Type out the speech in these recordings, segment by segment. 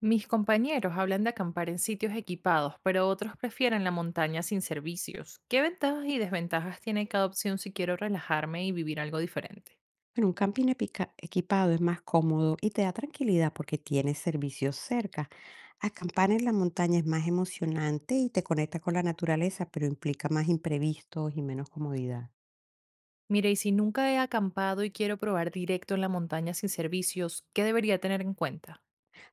Mis compañeros hablan de acampar en sitios equipados, pero otros prefieren la montaña sin servicios. ¿Qué ventajas y desventajas tiene cada opción si quiero relajarme y vivir algo diferente? Bueno, un camping equipado es más cómodo y te da tranquilidad porque tienes servicios cerca. Acampar en la montaña es más emocionante y te conecta con la naturaleza, pero implica más imprevistos y menos comodidad. Mire, y si nunca he acampado y quiero probar directo en la montaña sin servicios, ¿qué debería tener en cuenta?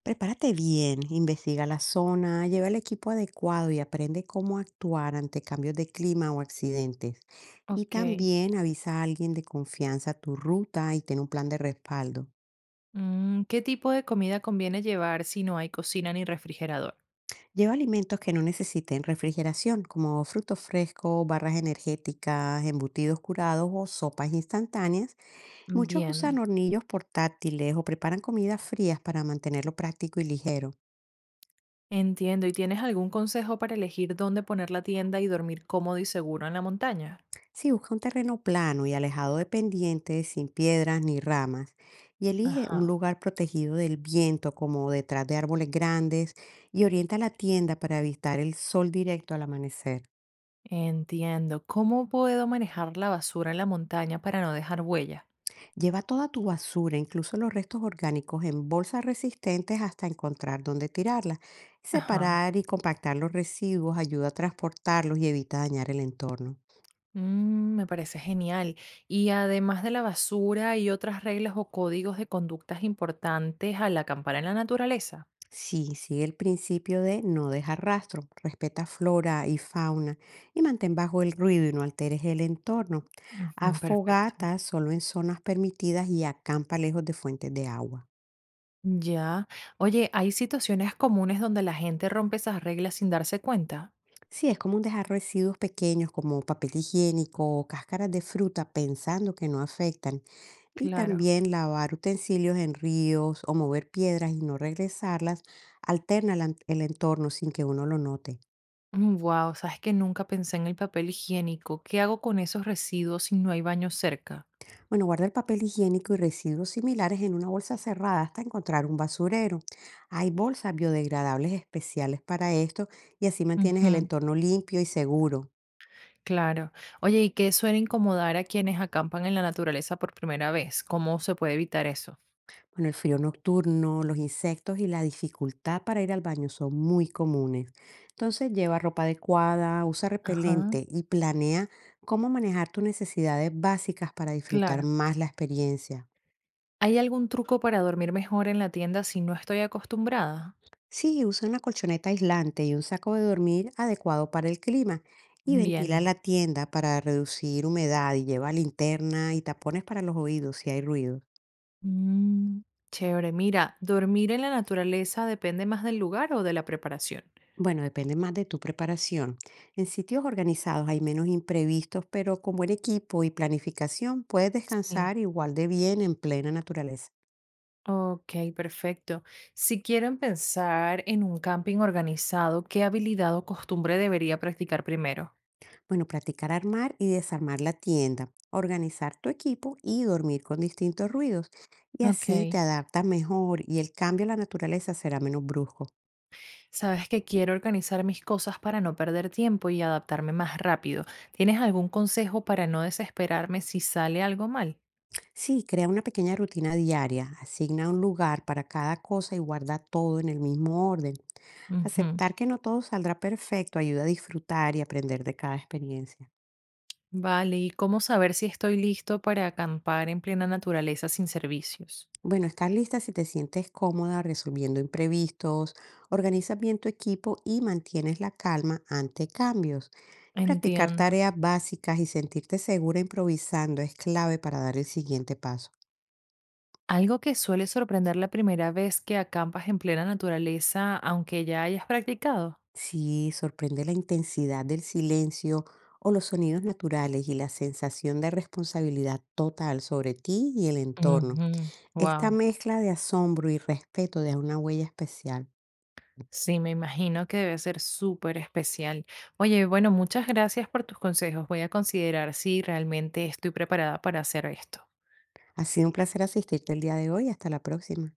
Prepárate bien, investiga la zona, lleva el equipo adecuado y aprende cómo actuar ante cambios de clima o accidentes. Y Ok. también avisa a alguien de confianza tu ruta y ten un plan de respaldo. Mm, ¿qué tipo de comida conviene llevar si no hay cocina ni refrigerador? Lleva alimentos que no necesiten refrigeración, como frutos frescos, barras energéticas, embutidos curados o sopas instantáneas. Muchos Bien. usan hornillos portátiles o preparan comidas frías para mantenerlo práctico y ligero. Entiendo. ¿Y tienes algún consejo para elegir dónde poner la tienda y dormir cómodo y seguro en la montaña? Si busca un terreno plano y alejado de pendientes, sin piedras ni ramas, y elige un Ajá. lugar protegido del viento, como detrás de árboles grandes, y orienta la tienda para evitar el sol directo al amanecer. Entiendo. ¿Cómo puedo manejar la basura en la montaña para no dejar huella? Lleva toda tu basura, incluso los restos orgánicos, en bolsas resistentes hasta encontrar dónde tirarla. Ajá. Separar y compactar los residuos ayuda a transportarlos y evita dañar el entorno. Mm, me parece genial. Y además de la basura, ¿hay otras reglas o códigos de conductas importantes al acampar en la naturaleza? Sí, sigue el principio de no dejar rastro, respeta flora y fauna y mantén bajo el ruido y no alteres el entorno. Haz Ujú, perfecto. fogatas solo en zonas permitidas y acampa lejos de fuentes de agua. Ya. Oye, ¿hay situaciones comunes donde la gente rompe esas reglas sin darse cuenta? Sí, es común dejar residuos pequeños como papel higiénico o cáscaras de fruta pensando que no afectan. Y Claro. también lavar utensilios en ríos o mover piedras y no regresarlas alterna el entorno sin que uno lo note. Wow, sabes que nunca pensé en el papel higiénico. ¿Qué hago con esos residuos si no hay baño cerca? Bueno, guarda el papel higiénico y residuos similares en una bolsa cerrada hasta encontrar un basurero. Hay bolsas biodegradables especiales para esto y así mantienes el Ujú. entorno limpio y seguro. Claro. Oye, ¿y qué suele incomodar a quienes acampan en la naturaleza por primera vez? ¿Cómo se puede evitar eso? Bueno, el frío nocturno, los insectos y la dificultad para ir al baño son muy comunes. Entonces, lleva ropa adecuada, usa Ajá, repelente y planea cómo manejar tus necesidades básicas para disfrutar claro. más la experiencia. ¿Hay algún truco para dormir mejor en la tienda si no estoy acostumbrada? Sí, usa una colchoneta aislante y un saco de dormir adecuado para el clima. Y ventila Bien. la tienda para reducir humedad y lleva linterna y tapones para los oídos si hay ruido. Mm, chévere. Mira, ¿dormir en la naturaleza depende más del lugar o de la preparación? Bueno, depende más de tu preparación. En sitios organizados hay menos imprevistos, pero con buen equipo y planificación puedes Sí. descansar igual de bien en plena naturaleza. Ok, perfecto. Si quiero empezar en un camping organizado, ¿qué habilidad o costumbre debería practicar primero? Bueno, practicar armar y desarmar la tienda, organizar tu equipo y dormir con distintos ruidos. Y así te Ok. adaptas mejor y el cambio a la naturaleza será menos brusco. Sabes que quiero organizar mis cosas para no perder tiempo y adaptarme más rápido. ¿Tienes algún consejo para no desesperarme si sale algo mal? Sí, crea una pequeña rutina diaria, asigna un lugar para cada cosa y guarda todo en el mismo orden. Ujú. Aceptar que no todo saldrá perfecto ayuda a disfrutar y aprender de cada experiencia. Vale, ¿y cómo saber si estoy listo para acampar en plena naturaleza sin servicios? Bueno, estás lista si te sientes cómoda resolviendo imprevistos, organizas bien tu equipo y mantienes la calma ante cambios. Y practicar Entiendo. tareas básicas y sentirte segura improvisando es clave para dar el siguiente paso. Algo que suele sorprender la primera vez que acampas en plena naturaleza, aunque ya hayas practicado. Si sorprende la intensidad del silencio o los sonidos naturales y la sensación de responsabilidad total sobre ti y el entorno. Esta Wow. mezcla de asombro y respeto deja una huella especial. Sí, me imagino que debe ser súper especial. Oye, bueno, muchas gracias por tus consejos. Voy a considerar si realmente estoy preparada para hacer esto. Ha sido un placer asistirte el día de hoy. Hasta la próxima.